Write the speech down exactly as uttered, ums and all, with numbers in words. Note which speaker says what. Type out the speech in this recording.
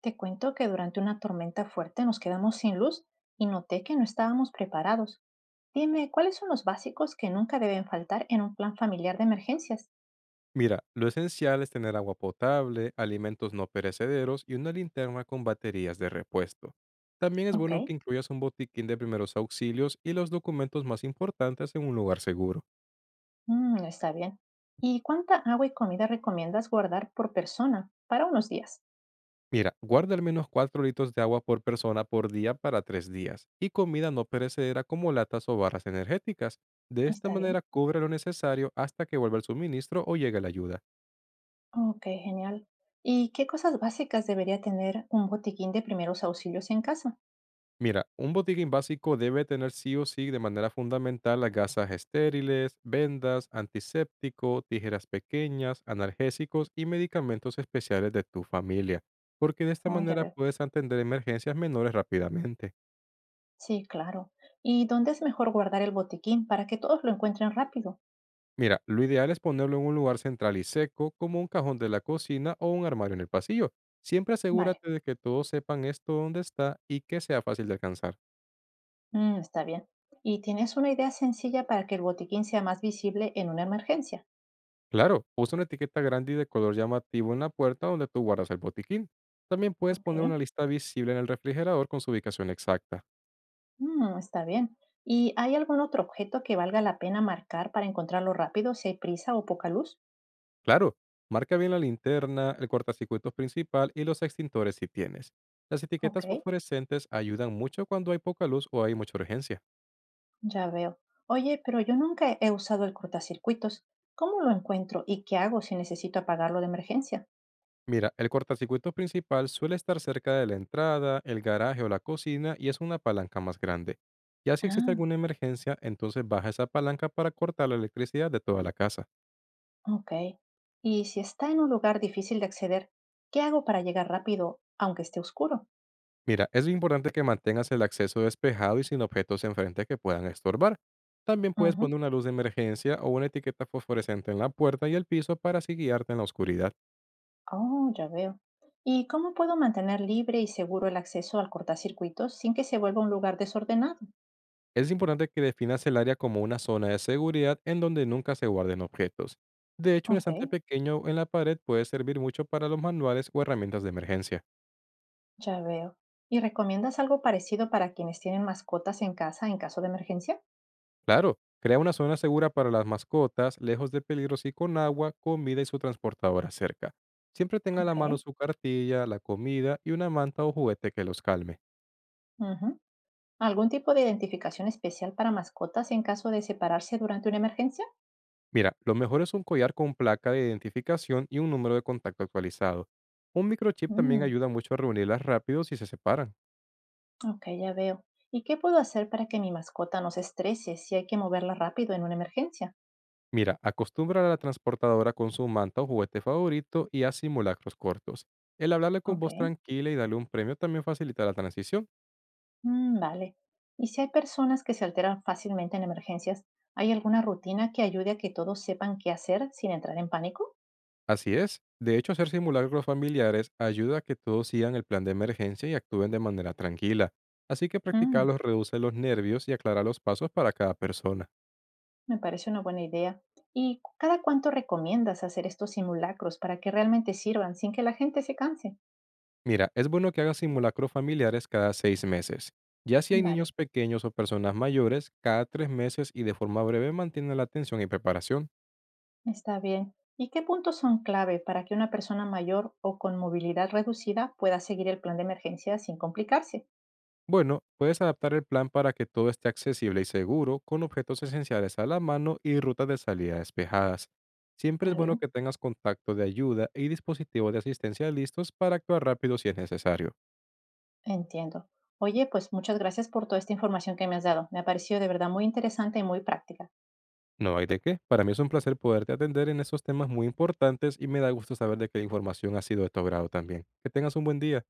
Speaker 1: Te cuento que durante una tormenta fuerte nos quedamos sin luz y noté que no estábamos preparados. Dime, ¿cuáles son los básicos que nunca deben faltar en un plan familiar de emergencias?
Speaker 2: Mira, lo esencial es tener agua potable, alimentos no perecederos y una linterna con baterías de repuesto. También es
Speaker 1: Ok,
Speaker 2: bueno que incluyas un botiquín de primeros auxilios y los documentos más importantes en un lugar seguro.
Speaker 1: mm, está bien. ¿Y cuánta agua y comida recomiendas guardar por persona para unos días?
Speaker 2: Mira, guarda al menos cuatro litros de agua por persona por día para tres días y comida no perecedera como latas o barras energéticas. De esta
Speaker 1: Está bien.
Speaker 2: manera cubre lo necesario hasta que vuelva el suministro o llegue la ayuda.
Speaker 1: Ok, genial. ¿Y qué cosas básicas debería tener un botiquín de primeros auxilios en casa?
Speaker 2: Mira, un botiquín básico debe tener sí o sí de manera fundamental las gasas estériles, vendas, antiséptico, tijeras pequeñas, analgésicos y medicamentos especiales de tu familia, porque de esta
Speaker 1: Oh, ya
Speaker 2: manera
Speaker 1: veo.
Speaker 2: puedes atender emergencias menores rápidamente.
Speaker 1: Sí, claro. ¿Y dónde es mejor guardar el botiquín para que todos lo encuentren rápido?
Speaker 2: Mira, lo ideal es ponerlo en un lugar central y seco, como un cajón de la cocina o un armario en el pasillo. Siempre
Speaker 1: Vale.
Speaker 2: asegúrate de que todos sepan esto dónde está y que sea fácil de alcanzar.
Speaker 1: Mm, está bien. ¿Y tienes una idea sencilla para que el botiquín sea más visible en una emergencia?
Speaker 2: Claro, usa una etiqueta grande y de color llamativo en la puerta donde tú guardas el botiquín. También puedes
Speaker 1: Ok,
Speaker 2: poner una lista visible en el refrigerador con su ubicación exacta.
Speaker 1: Mm, está bien. ¿Y hay algún otro objeto que valga la pena marcar para encontrarlo rápido si hay prisa o poca luz?
Speaker 2: Claro, marca bien la linterna, el cortacircuitos principal y los extintores si tienes. Las
Speaker 1: Ok,
Speaker 2: etiquetas fosforescentes ayudan mucho cuando hay poca luz o hay mucha urgencia.
Speaker 1: ya veo. Oye, pero yo nunca he he usado el cortacircuitos. ¿Cómo lo encuentro y qué hago si necesito apagarlo de emergencia?
Speaker 2: Mira, el cortacircuito principal suele estar cerca de la entrada, el garaje o la cocina y es una palanca más grande. Ya si existe
Speaker 1: Ah,
Speaker 2: alguna emergencia, entonces baja esa palanca para cortar la electricidad de toda la casa.
Speaker 1: ok. ¿Y si está en un lugar difícil de acceder, qué hago para llegar rápido aunque esté oscuro?
Speaker 2: Mira, es importante que mantengas el acceso despejado y sin objetos enfrente que puedan estorbar. También puedes
Speaker 1: Ujú.
Speaker 2: poner una luz de emergencia o una etiqueta fosforescente en la puerta y el piso para así guiarte en la oscuridad.
Speaker 1: Oh, ya veo. ¿Y cómo puedo mantener libre y seguro el acceso al cortacircuito sin que se vuelva un lugar desordenado?
Speaker 2: Es importante que definas el área como una zona de seguridad en donde nunca se guarden objetos. De hecho, un
Speaker 1: Ok,
Speaker 2: estante pequeño en la pared puede servir mucho para los manuales o herramientas de emergencia.
Speaker 1: ya veo. ¿Y recomiendas algo parecido para quienes tienen mascotas en casa en caso de emergencia?
Speaker 2: Claro, crea una zona segura para las mascotas, lejos de peligros y con agua, comida y su transportadora cerca. Siempre tenga a la
Speaker 1: Ok.
Speaker 2: mano su cartilla, la comida y una manta o juguete que los calme.
Speaker 1: Ujú. ¿Algún tipo de identificación especial para mascotas en caso de separarse durante una emergencia?
Speaker 2: Mira, lo mejor es un collar con placa de identificación y un número de contacto actualizado. Un microchip también
Speaker 1: Mm,
Speaker 2: ayuda mucho a reunirlas rápido si se separan.
Speaker 1: ok, ya veo. ¿Y qué puedo hacer para que mi mascota no se estrese si hay que moverla rápido en una emergencia?
Speaker 2: Mira, acostumbra a la transportadora con su manta o juguete favorito y a simulacros cortos. El hablarle con
Speaker 1: Ok.
Speaker 2: voz tranquila y darle un premio también facilita la transición.
Speaker 1: Mm, vale. Y si hay personas que se alteran fácilmente en emergencias, ¿hay alguna rutina que ayude a que todos sepan qué hacer sin entrar en pánico?
Speaker 2: Así es. De hecho, hacer simulacros familiares ayuda a que todos sigan el plan de emergencia y actúen de manera tranquila. Así que
Speaker 1: Mm,
Speaker 2: practicarlos reduce los nervios y aclara los pasos para cada persona.
Speaker 1: me parece una buena idea. ¿Y cu- cada cuánto recomiendas hacer estos simulacros para que realmente sirvan sin que la gente se canse?
Speaker 2: Mira, es bueno que hagas simulacros familiares cada seis meses. Ya si hay
Speaker 1: Vale,
Speaker 2: niños pequeños o personas mayores, cada tres meses y de forma breve mantiene la atención y preparación.
Speaker 1: está bien. ¿Y qué puntos son clave para que una persona mayor o con movilidad reducida pueda seguir el plan de emergencia sin complicarse?
Speaker 2: Bueno, puedes adaptar el plan para que todo esté accesible y seguro, con objetos esenciales a la mano y rutas de salida despejadas. Siempre es
Speaker 1: Está
Speaker 2: bueno
Speaker 1: bien.
Speaker 2: que tengas contacto de ayuda y dispositivos de asistencia listos para actuar rápido si es necesario.
Speaker 1: Entiendo. Oye, pues muchas gracias por toda esta información que me has dado. Me ha parecido de verdad muy interesante y muy práctica.
Speaker 2: No hay de qué. Para mí es un placer poderte atender en estos temas muy importantes y me da gusto saber de que la información ha sido de tu agrado también. Que tengas un buen día.